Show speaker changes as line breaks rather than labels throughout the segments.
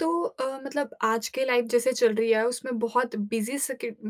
तो मतलब आज के लाइफ जैसे चल रही है उसमें बहुत बिजी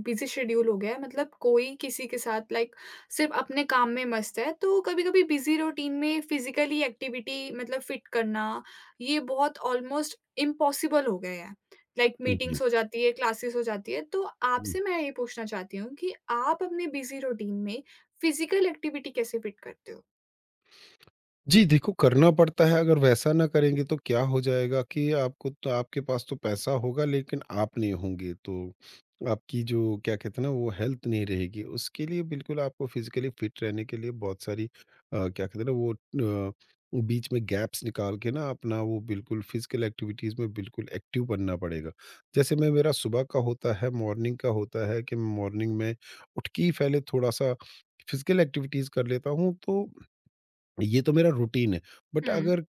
बिजी शेड्यूल हो गया है, मतलब कोई किसी के साथ लाइक सिर्फ अपने काम में मस्त है। तो कभी-कभी बिजी रूटीन में फिजिकली एक्टिविटी मतलब फिट करना ये बहुत ऑलमोस्ट इम्पॉसिबल हो गया है। लाइक
जी।
मीटिंग्स हो जाती है, क्लासेस हो जाती है। तो
हम्म।
आपसे मैं ये पूछना चाहती हूँ कि आप अपने बिजी रूटीन में फिजिकल एक्टिविटी कैसे फिट करते हो?
जी, देखो करना पड़ता है। अगर वैसा ना करेंगे तो क्या हो जाएगा कि आपको तो आपके पास तो पैसा होगा लेकिन आप नहीं होंगे, तो आपकी जो क्या कहते हैं ना वो हेल्थ नहीं रहेगी। उसके लिए बिल्कुल आपको फिज़िकली फिट रहने के लिए बहुत सारी क्या कहते हैं ना वो बीच में गैप्स निकाल के ना अपना वो बिल्कुल फिज़िकल एक्टिविटीज़ में बिल्कुल एक्टिव बनना पड़ेगा। जैसे मैं, मेरा सुबह का होता है, मॉर्निंग का होता है कि मॉर्निंग में उठ के ही पहले थोड़ा-सा फिज़िकल एक्टिविटीज़ कर लेता हूँ, तो ये तो मेरा रूटीन है। बट
हुँ,
अगर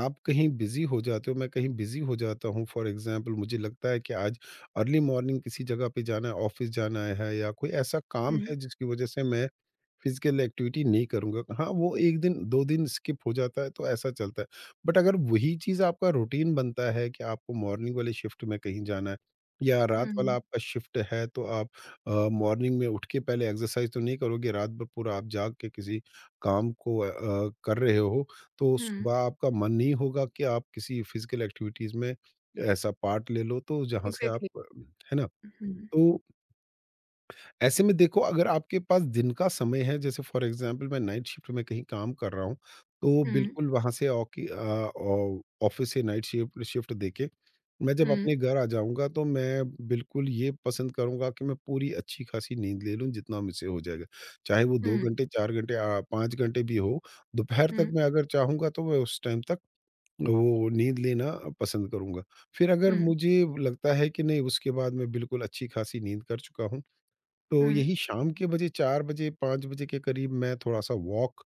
आप कहीं बिज़ी हो जाते हो, मैं कहीं बिज़ी हो जाता हूँ, फॉर एग्ज़ाम्पल मुझे लगता है कि आज अर्ली मॉर्निंग किसी जगह पे जाना है, ऑफ़िस जाना है या कोई ऐसा काम
हुँ,
है जिसकी वज़ह से मैं फिजिकल एक्टिविटी नहीं करूँगा। हाँ, वो 1 दिन 2 दिन स्किप हो जाता है तो ऐसा चलता है। बट अगर वही चीज़ आपका रूटीन बनता है कि आपको मॉर्निंग वाले शिफ्ट में कहीं जाना है या रात वाला
हुँ,
आपका शिफ्ट है, तो आप मॉर्निंग में उठ के पहले एक्सरसाइज़ तो नहीं करोगे। रात भर पूरा आप जाग के किसी काम को कर रहे हो, तो
हुँ,
सुबह आपका मन नहीं होगा कि आप किसी फिजिकल एक्टिविटीज़ में ऐसा पार्ट ले लो, तो जहाँ से आप
एग्ज़ैक्टली।
है ना?
हुँ, हुँ,
तो ऐसे में देखो, अगर आपके पास दिन का समय है, जैसे फॉर एग्जांपल मैं नाइट शिफ्ट में कहीं काम कर रहा हूँ, तो बिल्कुल वहाँ से ऑकि अ, ऑ ऑफ़िस से नाइट शिफ्ट शिफ्ट देके, मैं जब
हुँ,
अपने घर आ जाऊँगा तो मैं बिल्कुल ये पसंद करूँगा कि मैं पूरी अच्छी-खासी नींद ले लूँ जितना मुझसे हो जाएगा। चाहे वो 2
हुँ।
घंटे, 4 घंटे 5 घंटे भी हो, दोपहर तक
हुँ,
मैं अगर चाहूँगा तो मैं उस टाइम तक वो नींद लेना पसंद करूँगा। फिर अगर
हुँ,
मुझे लगता है कि नहीं, उसके बाद मैं बिल्कुल अच्छी-खासी नींद कर चुका हूँ, तो
हुँ,
यही शाम के बजे 4 बजे 5 बजे के करीब मैं थोड़ा-सा वॉक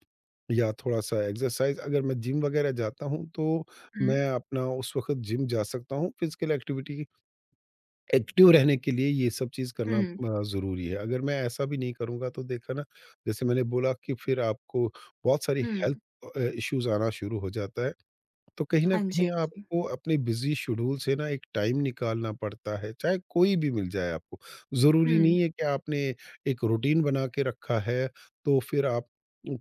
या थोड़ा-सा एक्सरसाइज़, अगर मैं जिम वगैरह जाता हूँ, तो
हुँ,
मैं अपना उस वक़्त जिम जा सकता हूँ। फ़िज़िकल एक्टिविटी एक्टिव रहने के लिए ये सब चीज़ करना
हुँ,
ज़रूरी है। अगर मैं ऐसा भी नहीं करूँगा तो देखा ना, जैसे मैंने बोला कि फिर आपको बहुत सारी हेल्थ
हुँ।
इश्यूज़ आना शुरू हो जाता है। तो कहीं न
हाँ जी,
कहीं
हाँ जी।
आपको अपने बिज़ी शेड्यूल से ना एक टाइम निकालना पड़ता है, चाहे कोई भी मिल जाए आपको। ज़रूरी
हुँ,
नहीं है कि आपने एक रूटीन बना के रखा है, तो फिर आप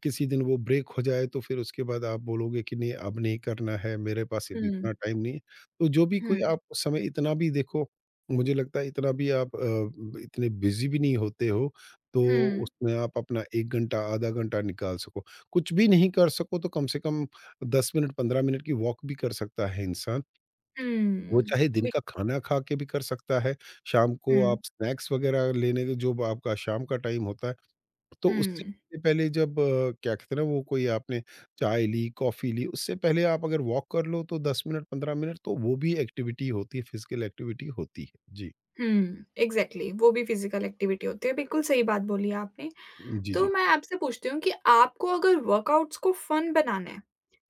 किसी दिन वो ब्रेक हो जाए, तो फिर उसके बाद आप बोलोगे कि नहीं अब नहीं करना है, मेरे पास अभी
हुँ,
इतना टाइम नहीं है। तो जो भी
हुँ,
कोई आप समय इतना भी देखो, मुझे लगता है इतना भी आप अ, ब इतने बिज़ी भी नहीं होते हो, तो
हुँ,
उसमें आप अपना 1 घंटा, आधा घंटा निकाल सको। कुछ भी नहीं कर सको तो कम से कम 10 मिनट 15 मिनट की वॉक भी कर सकता है इंसान। वो
हुँ,
चाहे दिन
बि
का खाना खा के भी कर सकता है, शाम को
हुँ,
आप स्नैक्स वग़ैरह लेने के, जो आपका शाम का टाइम होता है, तो उससे
हुँ,
पहले जब क्या कहते हैं ना वो कोई आपने चाय ली, कॉफ़ी ली, उससे पहले आप अगर वॉक कर लो तो 10 मिनट 15 मिनट, तो वो भी एक्टिविटी होती है, फिज़िकल एक्टिविटी होती है। जी।
हुँ, एग्ज़ैक्टली वो भी फ़िज़िकल एक्टिविटी होती है, बिल्कुल सही बात बोली आपने।
जी,
तो
जी।
मैं आपसे पूछती हूँ कि आपको अगर वर्कआउट्स को फ़न बनाना है,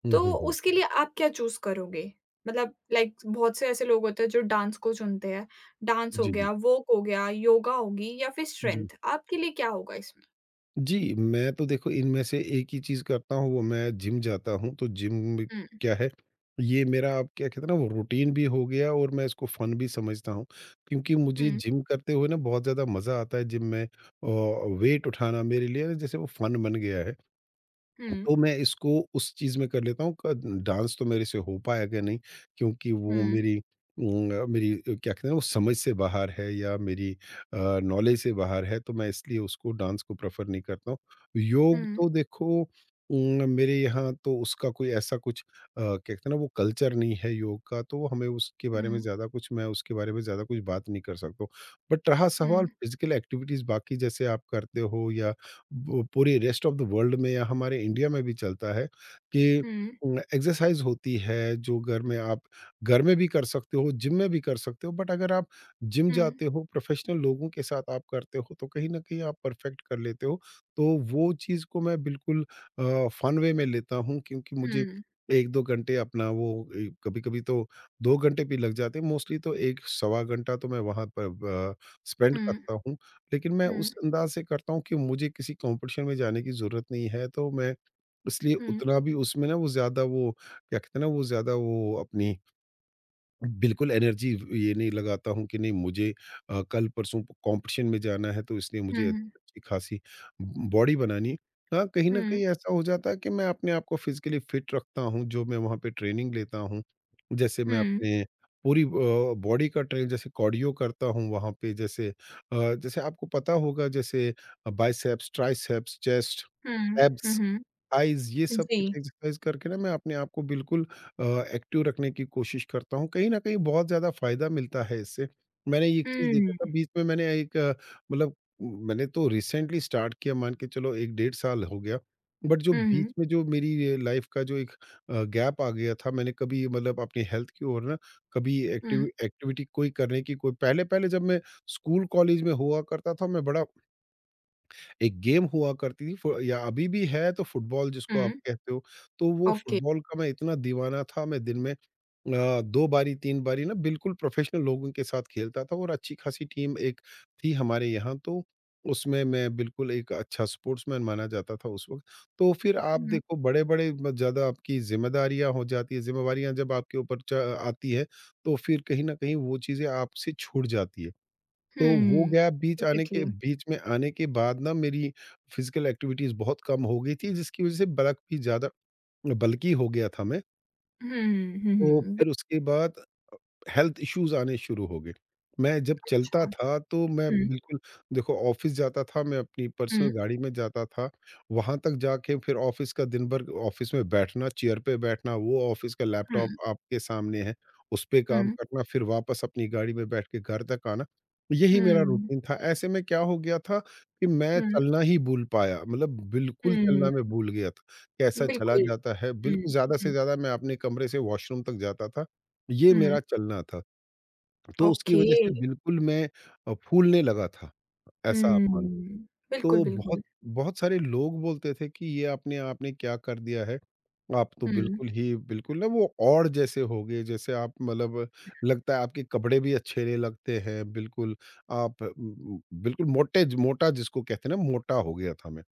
हुँ,
तो
हुँ, हुँ।
उसके लिए आप क्या चूज़ करोगे? मतलब लाइक बहुत से ऐसे लोग होते हैं जो डांस को चुनते हैं, डांस हो
जी, जी।
गया, वॉक हो गया, योगा होगी या फिर
जी।
स्ट्रेंथ, आपके लिए क्या होगा इसमें?
जी, मैं तो देखो इनमें से एक ही चीज़ करता हूँ, वो मैं जिम जाता हूँ, तो जिम में
हुँ,
क्या है, ये मेरा आप क्या कहते हैं ना वो रूटीन भी हो गया और मैं इसको फ़न भी समझता हूँ। क्योंकि मुझे
हुँ,
जिम करते हुए ना बहुत ज़्यादा मज़ा आता है, जिम में वेट उठाना मेरे लिए ना जैसे वो फ़न बन गया है।
हुँ,
तो मैं इसको उस चीज़ में कर लेता हूँ। क डांस तो मेरे से हो पाएगा नहीं, क्योंकि वो
हुँ।
मेरी मेरी क्या कहते हैं वो समझ से बाहर है या मेरी नॉलेज से बाहर है, तो मैं इसलिए उसको डांस को प्रेफ़र नहीं करता हूँ। योग
Mhm,
तो देखो, मेरे यहाँ तो उसका कोई ऐसा कुछ क्या कहते हैं ना वो कल्चर नहीं है योग का, तो हमें उसके बारे में
mhm,
ज़्यादा कुछ मैं उसके बारे में ज़्यादा कुछ बात नहीं कर सकता हूँ। बट रहा सवाल
mhm,
फ़िज़िकल एक्टिविटीज़ बाकी जैसे आप करते हो या वो पूरे रेस्ट ऑफ द वर्ल्ड में या हमारे इंडिया में भी चलता है कि
mhm,
एक्सरसाइज होती है जो घर में भी कर सकते हो, जिम में भी कर सकते हो, बट अगर आप जिम
mhm,
जाते हो, प्रोफेशनल लोगों के साथ आप करते हो, तो कहीं ना कहीं आप परफेक्ट कर लेते हो। तो वो चीज़ को मैं बिल्कुल फन वे में लेता हूँ, क्योंकि मुझे
mhm,
एक दो घंटे अपना वो, कभी कभी तो दो घंटे भी लग जाते हैं, मोस्टली तो एक सवा घंटा तो मैं वहाँ पर स्पेंड करता हूँ। लेकिन मैं
mhm,
उस अंदाज़ से करता हूँ कि मुझे किसी कॉम्पिटिशन में जाने की ज़रूरत नहीं है, तो मैं इसलिए
mhm,
उतना भी उसमें ना वो ज़्यादा वो क्या कहते हैं ना, वो ज़्यादा वो अपनी बिल्कुल एनर्जी ये नहीं लगाता हूँ कि नहीं मुझे कल परसों कॉम्पिटिशन में जाना है तो इसलिए मुझे
mhm,
अच्छी खासी बॉडी बनानी है। हाँ, कहीं
mhm,
न
mhm,
कहीं ऐसा हो जाता है कि मैं अपने आप को फिज़िकली फिट रखता हूँ, जो मैं वहाँ पे ट्रेनिंग लेता हूँ। जैसे मैं
mhm,
अपने पूरी बॉडी का ट्रेन जैसे कार्डियो करता हूँ वहाँ पे, जैसे जैसे आपको पता होगा जैसे biceps, triceps, chest,
mhm,
abs
mhm,
exercise, ये सब
जी।
कुछ एक्सरसाइज़ करके ना मैं अपने आप को बिल्कुल अ, एक्टिव रखने की कोशिश करता हूँ। कहीं न कहीं बहुत ज़्यादा फ़ायदा मिलता है इससे। मैंने एक चीज़ देखा था,
हुँ,
बीच में मैंने एक मतलब, मैंने तो रिसेंटली स्टार्ट किया, मान के चलो 1 डेढ़ साल हो गया। बट जो बीच
हुँ,
में जो मेरी ये लाइफ़ का जो एक गैप आ गया था, मैंने कभी मतलब अपनी हेल्थ की ओर ना कभी एक्टिव
हुँ,
एक्टिविटी कोई करने की कोई, पहले-पहले जब मैं स्कूल कॉलेज में हुआ करता था, मैं बड़ा, एक गेम हुआ करती थी फु या अभी भी है, तो फुटबॉल जिसको आप
हुँ,
कहते हो, तो वो
ओके।
फुटबॉल का मैं इतना दीवाना था, मैं दिन में 2 बारी 3 बारी ना बिल्कुल प्रोफ़ेशनल लोगों के साथ खेलता था और अच्छी-खासी टीम एक थी हमारे यहाँ, तो उसमें मैं बिल्कुल एक अच्छा स्पोर्ट्समैन माना जाता था उस वक़्त। तो फिर आप
हुँ,
देखो, बड़े-बड़े म ज़्यादा आपकी ज़िम्मेदारियाँ हो जाती है, ज़िम्मेवारियाँ जब आपके ऊपर च आती है, तो फिर कहीं न कहीं वो चीज़ें आपसे छूट जाती है। तो वो
हुँ,
गैप
एग्ज़ैक्टली।
बीच में आने के बाद ना मेरी फिज़िकल एक्टिविटीज़ बहुत कम हो गई थी, जिसकी वज़ह से ब्लक भी ज़्यादा बल्की हो गया था मैं।
हुँ, हुँ,
तो
हुँ,
फिर
बिल्कुल
उसके बाद हेल्थ इश्यूज आने शुरू हो गए। मैं जब चलता
अच्छा।
था तो मैं
हुँ,
बिल्कुल, देखो, ऑफिस जाता था, मैं अपनी पर्सनल
हुँ,
गाड़ी में जाता था। वहाँ तक जाके फिर ऑफिस का दिन भर ऑफिस में बैठना, चेयर पे बैठना, वो ऑफिस का लैपटॉप
हुँ,
आपके सामने है, उस पे काम
हुँ,
करना, फिर वापस अपनी गाड़ी में बैठ के घर तक आना। यही मेरा
हुँ,
रूटीन था। ऐसे में क्या हो गया था कि मैं
हुँ,
चलना ही भूल पाया, मतलब बिल्कुल चलना
हुँ,
मैं भूल गया था। कैसा चला
बिल्कुल।
जाता है, बिल्कुल
हुँ,
ज़्यादा से
हुँ,
ज़्यादा मैं अपने कमरे से वॉशरूम तक जाता था। ये
हुँ,
मेरा चलना था। तो उसकी
ओके।
वज़ह से बिल्कुल मैं फूलने लगा था, ऐसा आप मानो।
हुँ, बिल्कुल,
तो बहुत
बिल्कुल।
बहुत सारे लोग बोलते थे कि ये आपने आपने क्या कर दिया है? आप तो
हुँ,
बिल्कुल ही बिल्कुल ना वो औड जैसे हो गए, जैसे आप मतलब लगता है आपके कपड़े भी अच्छे नहीं लगते हैं। बिल्कुल आप बिल्कुल मोटे ज मोटा जिसको कहते हैं ना, मोटा हो गया था मैं।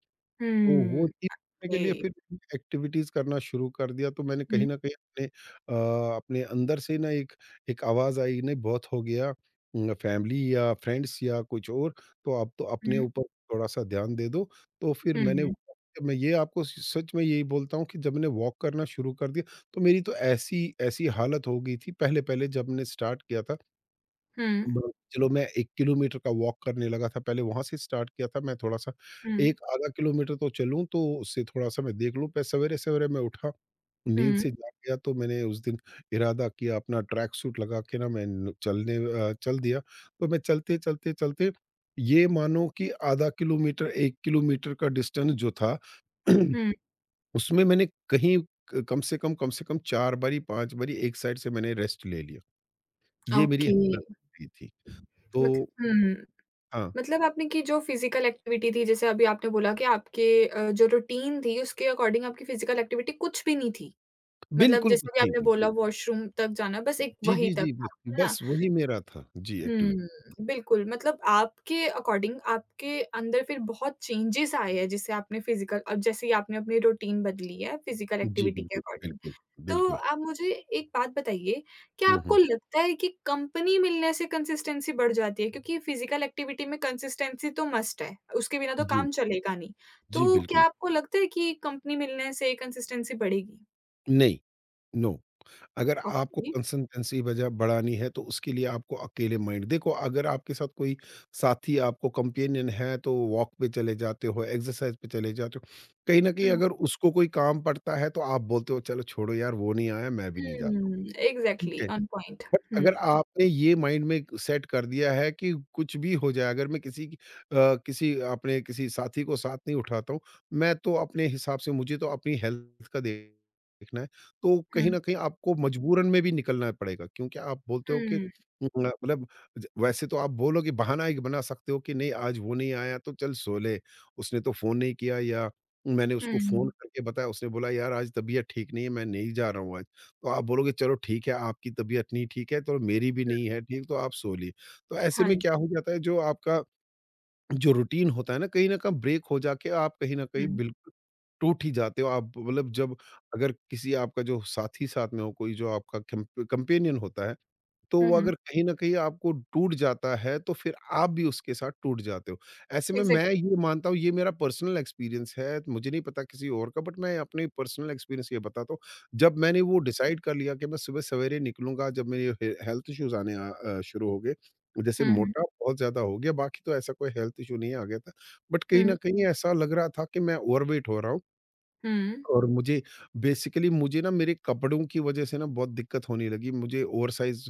तो
हुँ,
वो चीज़ करने के
ओके।
लिए फिर एक्टिविटीज़ करना शुरू कर दिया, तो मैंने कहीं
हुँ,
न कहीं अपने अपने अंदर से ना एक एक आवाज़ आई, नहीं बहुत हो गया फैमिली या फ्रेंड्स या कुछ और, तो अब तो अपने
हुँ,
ऊपर थोड़ा-सा ध्यान दे दो। तो फिर मैंने
हुँ,
मैं ये आपको स सच में यही बोलता हूँ कि जब मैंने वॉक करना शुरू कर दिया, तो मेरी तो ऐसी ऐसी हालत हो गई थी पहले-पहले जब मैंने स्टार्ट किया था।
हुँ।
ब चलो मैं 1 किलोमीटर का वॉक करने लगा था, पहले वहाँ से स्टार्ट किया था मैं थोड़ा-सा,
हुँ।
एक आधा किलोमीटर तो चलूँ तो उससे थोड़ा-सा मैं देख लूँ। पर सवेरे-सवेरे मैं उठा, नींद
हुँ,
से जाग गया तो मैंने उस दिन इरादा किया, अपना ट्रैक सूट लगा के ना मैं न चलने अ, चल दिया। तो मैं चलते, चलते, चलते ये मानो कि आधा किलोमीटर, 1 किलोमीटर का डिस्टेंस जो था
हुँ,
उसमें मैंने कहीं क कम से कम 4 बारी, 5 बारी एक साइड से मैंने रेस्ट ले लिया। ये मेरी
ओके।
हालत हुई थी। तो
मतल हुँ,
हाँ,
मतलब आपने की जो फ़िज़िकल एक्टिविटी थी, जैसे अभी आपने बोला कि आपके जो रूटीन थी, उसके अकॉर्डिंग आपकी फ़िज़िकल एक्टिविटी कुछ भी नहीं थी। मतलब
बिल्कुल
जैसे
कुछ
कि
नहीं
आपने
थी।
बोला जी। वॉशरूम तक जाना, बस एक
जी,
वहीं
जी,
तक
जी, बस
था, है ना?
बस वही मेरा था। जी, एक्टिविटी।
हुँ, बिल्कुल मतलब आपके अकॉर्डिंग आपके अंदर फिर बहुत चेंजेज़ आए हैं जिससे आपने फिज़िकल अब जैसे ही आपने अपनी रूटीन बदली है फिज़िकल
जी,
एक्टिविटी के
बिल्कुल,
अकॉर्डिंग।
बिल्कुल,
तो
बिल्कुल।
आप मुझे एक बात बताइए, क्या
हुँ,
आपको
हुँ।
लगता है कि कंपनी मिलने से कंसिस्टेंसी बढ़ जाती है? क्योंकि फिज़िकल एक्टिविटी में कंसिस्टेंसी तो मस्ट है, उसके बिना तो
जी,
काम चलेगा नहीं।
जी,
तो क्या
बिल्कुल।
आपको लगता है कि कंपनी मिलने से कंसिस्टेंसी बढ़ेगी?
नहीं, नो। अगर आपको
ओके,
कंसिस्टेंसी वजह बढ़ानी है तो उसके लिए आपको अकेले माइंड देखो। अगर आपके साथ कोई साथी आपको कंपेनियन है तो वॉक पे चले जाते हो, एक्सरसाइज़ पे चले जाते हो। कहीं न कहीं
हुँ,
अगर उसको कोई काम पड़ता है तो आप बोलते हो चलो छोड़ो यार, वो नहीं आया मैं भी नहीं जाता हूँ।
हुँ,
ठीक
एग्ज़ैक्टली
है?
On point.
बट
हुँ,
अगर आपने ये माइंड में सेट कर दिया है कि कुछ भी हो जाए, अगर मैं किसी अपने किसी साथी को साथ नहीं उठाता हूँ, मैं तो अपने हिसाब से मुझे तो अपनी हेल्थ का देखना है। तो
हुँ,
कहीं न कहीं आपको मजबूरन में भी निकलना पड़ेगा, क्योंकि आप बोलते हो कि
हुँ,
मतलब ज वैसे तो आप बोलोगे बहाना एक बना सकते हो कि नहीं आज वो नहीं आया तो चल सो ले, उसने तो फ़ोन नहीं किया, या मैंने उसको फ़ोन
हुँ।
करके बताया, उसने बोला यार आज तबीयत ठीक नहीं है, मैं नहीं जा रहा हूँ आज। तो आप बोलोगे चलो ठीक है, आपकी तबीयत नहीं ठीक है, तो मेरी भी नहीं है ठीक, तो आप सो लिए। तो ऐसे
हाँ
में क्या
जी।
हो जाता है, जो रूटीन होता है ना, कहीं न कहीं ब्रेक हो जाके आप कहीं न कहीं
हुँ,
बिल्कुल टूट ही जाते हो। आप मतलब जब अगर किसी आपका जो साथी साथ में हो, कोई जो आपका कैंप कंपेनियन होता है तो
हुँ,
वो
हुँ।
अगर कहीं न कहीं आपको टूट जाता है, तो फिर आप भी उसके साथ टूट जाते हो। ऐसे में मैं
इग्ज़ैक्टली।
ये मानता हूँ, ये मेरा पर्सनल एक्सपीरियंस है, तो मुझे नहीं पता किसी और का, बट मैं अपने पर्सनल एक्सपीरियंस ये बताता हूँ। जब मैंने वो डिसाइड कर लिया कि मैं सुबह सवेरे निकलूँगा, जब मेरे हे हेल्थ इश्यूज़ शुरू हो गए, जैसे
हुँ, हुँ,
मोटा बहुत ज़्यादा हो गया, बाकी तो ऐसा कोई हेल्थ इश्यू नहीं आ गया था। बट कहीं
हुँ,
न कहीं ऐसा लग रहा था कि मैं ओवरवेट हो रहा हूँ।
हुँ,
और मुझे बेसिकली मुझे ना मेरे कपड़ों की वज़ह से ना बहुत दिक्कत होने लगी। मुझे ओवरसाइज़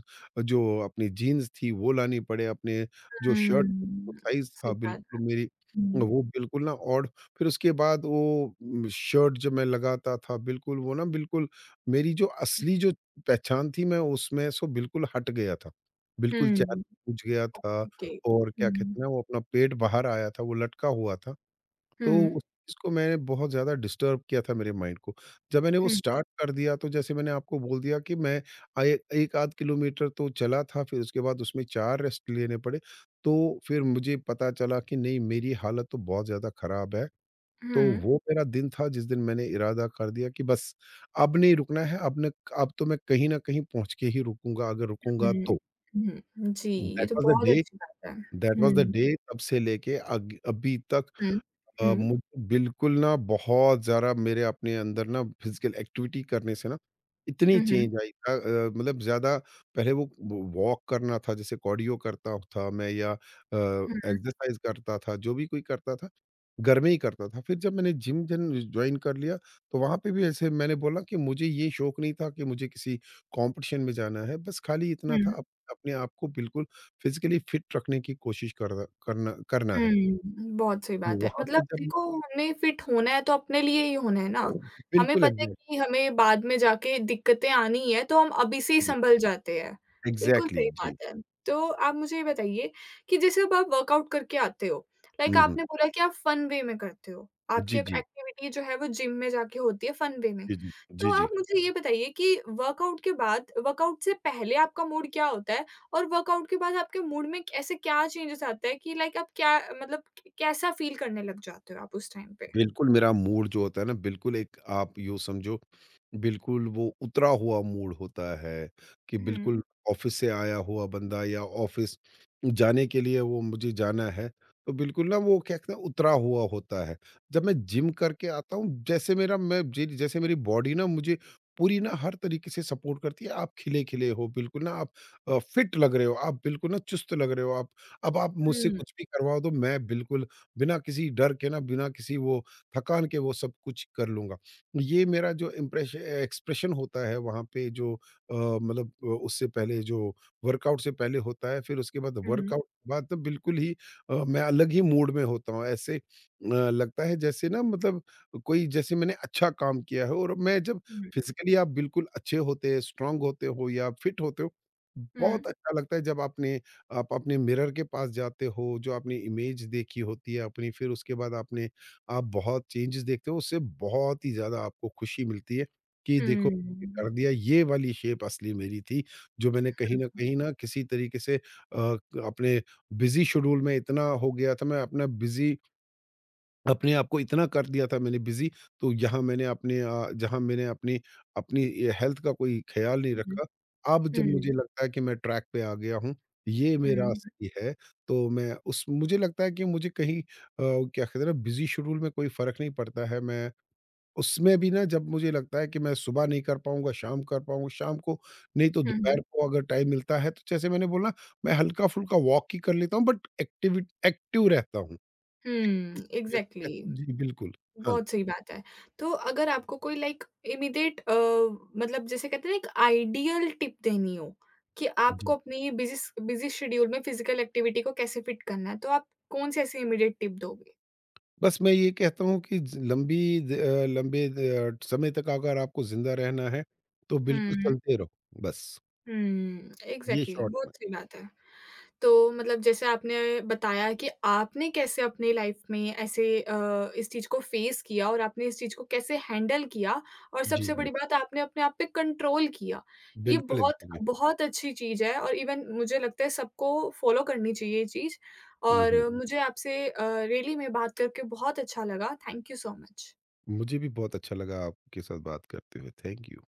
जो अपनी जीन्स थी वो लानी पड़े, अपने जो शर्ट
हुँ,
साइज़
सही
था
बात।
बिल्कुल मेरी
हुँ,
वो बिल्कुल ना। और फिर उसके बाद वो शर्ट जब मैं लगाता था बिल्कुल वो ना बिल्कुल मेरी जो असली जो पहचान थी मैं उसमें सो बिल्कुल हट गया था। बिल्कुल चेहरा
हुँ,
पूछ गया था,
ओके।
और क्या
हुँ,
कहते हैं ना वो अपना पेट बाहर आया था, वो लटका हुआ था।
हुँ,
तो उस चीज़ को मैंने बहुत ज़्यादा डिस्टर्ब किया था मेरे माइंड को। जब मैंने वो
हुँ,
स्टार्ट कर दिया तो जैसे मैंने आपको बोल दिया कि मैं आए 1 आध किलोमीटर तो चला था, फिर उसके बाद उसमें 4 रेस्ट लेने पड़े। तो फिर मुझे पता चला कि नहीं मेरी हालत तो बहुत ज़्यादा ख़राब है।
हुँ,
तो वो मेरा दिन था जिस दिन मैंने इरादा कर दिया कि बस अब नहीं रुकना है, अब तो मैं कहीं न कहीं पहुँच के ही रुकूँगा, अगर रुकूँगा
हुँ,
तो।
हुँ, जी, ये
दैट
तो
वाज़ द
बहुत
डे
अच्छी बात है।
दैट वाज़ द
हुँ,
डे तब से लेके अग अभी तक
हुँ, हुँ,
मुझे बिल्कुल ना बहुत ज़्यादा मेरे अपने अंदर ना फिज़िकल एक्टिविटी करने से ना इतनी
हुँ, हुँ,
चेंज आई था। अ, मतलब ज़्यादा पहले वो वॉक करना था, जैसे कार्डियो करता था मैं या
हुँ,
एक्सरसाइज़ करता था, जो भी कोई करता था, घर में ही करता था। फिर जब मैंने जिम जन जॉइन कर लिया, तो वहाँ पे भी ऐसे मैंने बोला कि मुझे ये शौक नहीं था कि मुझे किसी कॉम्पिटिशन में जाना है, बस खाली इतना
हुँ।
था अप अपने आप को बिल्कुल फिज़िकली फिट रखने की कोशिश कर रहा करना करना है।
हुँ, बहुत सही
तो
बात है।
वहाँ पे
मतलब
जब
देखो, हमें फिट होना है तो अपने लिए ही होना है ना। हमें
बिल्कुल
पता है
एग्ज़ैक्टली,
कि हमें बाद में जाके दिक्कतें आनी ही है, तो हम अभी से ही सँभल जाते हैं। बिल्कुल
एग्ज़ैक्टली
सही बात
जी।
है। तो आप मुझे ये बताइए कि जैसे अब आप वर्कआउट करके आते हो, लाइक
हुँ, हुँ।
आपने बोला कि आप फन वे में करते हो। आपकी
जी,
एक
जी।
एक्टिविटी जो है वो जिम में जाके होती है फन वे में।
जी, जी। जी,
तो
जी।
आप मुझे ये बताइए कि वर्कआउट के बाद वर्कआउट से पहले आपका मूड क्या होता है? और वर्कआउट के बाद आपके मूड में ऐसे क्या चेंजेस आते हैं कि लाइक आप क्या मतलब कैसा फील करने लग जाते हो आप उस टाइम पे?
बिल्कुल मेरा मूड जो होता है ना बिल्कुल, एक आप यूँ समझो, बिल्कुल वो उतरा हुआ मूड होता है, कि
हुँ,
बिल्कुल ऑफ़िस से आया हुआ बंदा, या ऑफ़िस जाने के लिए वो मुझे जाना है, तो बिल्कुल ना वो क्या कहते हैं उतरा हुआ होता है। जब मैं जिम करके आता हूँ, जैसे मेरा मैं जि जैसे मेरी बॉडी ना मुझे पूरी ना हर तरीके से सपोर्ट करती है, आप खिले-खिले हो, बिल्कुल ना आप फिट लग रहे हो, आप बिल्कुल ना चुस्त लग रहे हो आप। अब आप मुझसे
हुँ,
कुछ भी करवा दो, मैं बिल्कुल बिना किसी डर के ना बिना किसी वो थकान के वो सब कुछ कर लूँगा। ये मेरा जो इम्प्रेशन एक्सप्रेशन होता है वहाँ पे, जो अ, मतलब अ, उससे पहले जो वर्कआउट से पहले होता है, फिर उसके बाद
हुँ, हुँ,
वर्कआउट के बाद तो बिल्कुल ही मैं अलग ही मूड में होता हूँ। ऐसे लगता है जैसे ना मतलब कोई जैसे मैंने अच्छा काम किया है, और मैं जब
हुँ,
फिज़िकली आप बिल्कुल अच्छे होते हैं, स्ट्रॉन्ग होते हो या फिट होते हो,
हुँ,
बहुत अच्छा लगता है। जब आपने आप अपने मिरर के पास जाते हो, जो आपने इमेज देखी होती है अपनी, फिर उसके बाद आपने आप बहुत चेंजेस देखते हो, उससे बहुत ही ज़्यादा आपको खुशी मिलती है कि
हुँ,
देखो ये कर दिया, ये वाली शेप असली मेरी थी, जो मैंने कहीं न कहीं ना किसी तरीके से अपने बिज़ी शेड्यूल में इतना हो गया था, मैं अपना बिज़ी अपने आप को इतना कर दिया था मैंने बिज़ी, तो यहाँ मैंने अपने जहाँ मैंने अपनी अपनी अ, हेल्थ का कोई ख़्याल नहीं
हुँ,
रखा। अब जब मुझे लगता है कि मैं ट्रैक पे आ गया हूँ, ये मेरा
हुँ,
असली है, तो मैं उस मुझे लगता है कि मुझे कहीं क्या कहते हैं ना, बिज़ी शेड्यूल में कोई फ़र्क नहीं पड़ता है। मैं उसमें भी ना जब मुझे लगता है कि मैं सुबह नहीं कर पाऊँगा, शाम कर पाऊँगा, शाम को नहीं तो दोपहर
हुँ,
को अगर टाइम मिलता है, तो जैसे मैंने बोला, मैं हल्का-फुल्का वॉक ही कर लेता हूँ, बट एक्टिव रहता हूँ।
हुँ, एग्ज़ैक्टली
जी, बिल्कुल। हाँ,
बहुत सही बात है। तो अगर आपको कोई लाइक इमीडिएट मतलब जैसे कहते हैं ना एक आइडियल टिप देनी हो कि
जी।
आपको अपनी बिज़ी शेड्यूल में फिज़िकल एक्टिविटी को कैसे फिट करना है, तो आप कौन-सी ऐसी इमीडिएट टिप दोगे?
बस मैं ये कहता हूँ कि ज लंबी द अ, लंबे द समय तक अगर आपको ज़िंदा रहना है, तो बिल्कुल
हुँ।
चलते रहो, बस।
हुँ,
ये
एग्ज़ैक्टली
शॉर्ट
बहुत
में।
सही बात है। तो मतलब जैसे आपने बताया कि आपने कैसे अपनी लाइफ़ में ऐसे इस चीज़ को फ़ेस किया और आपने इस चीज़ को कैसे हैंडल किया, और
जी,
सबसे
जी।
बड़ी बात आपने अपने आप पे कंट्रोल किया। ये
बिल्कुल,
बहुत
एकदम ही।
बहुत अच्छी चीज़ है और इवन मुझे लगता है सबको फ़ॉलो करनी चाहिए ये चीज़,
हुँ,
और
हुँ।
मुझे आपसे रियली में बात करके बहुत अच्छा लगा। Thank you so much.
मुझे भी बहुत अच्छा लगा आपके साथ बात करते हुए। Thank you.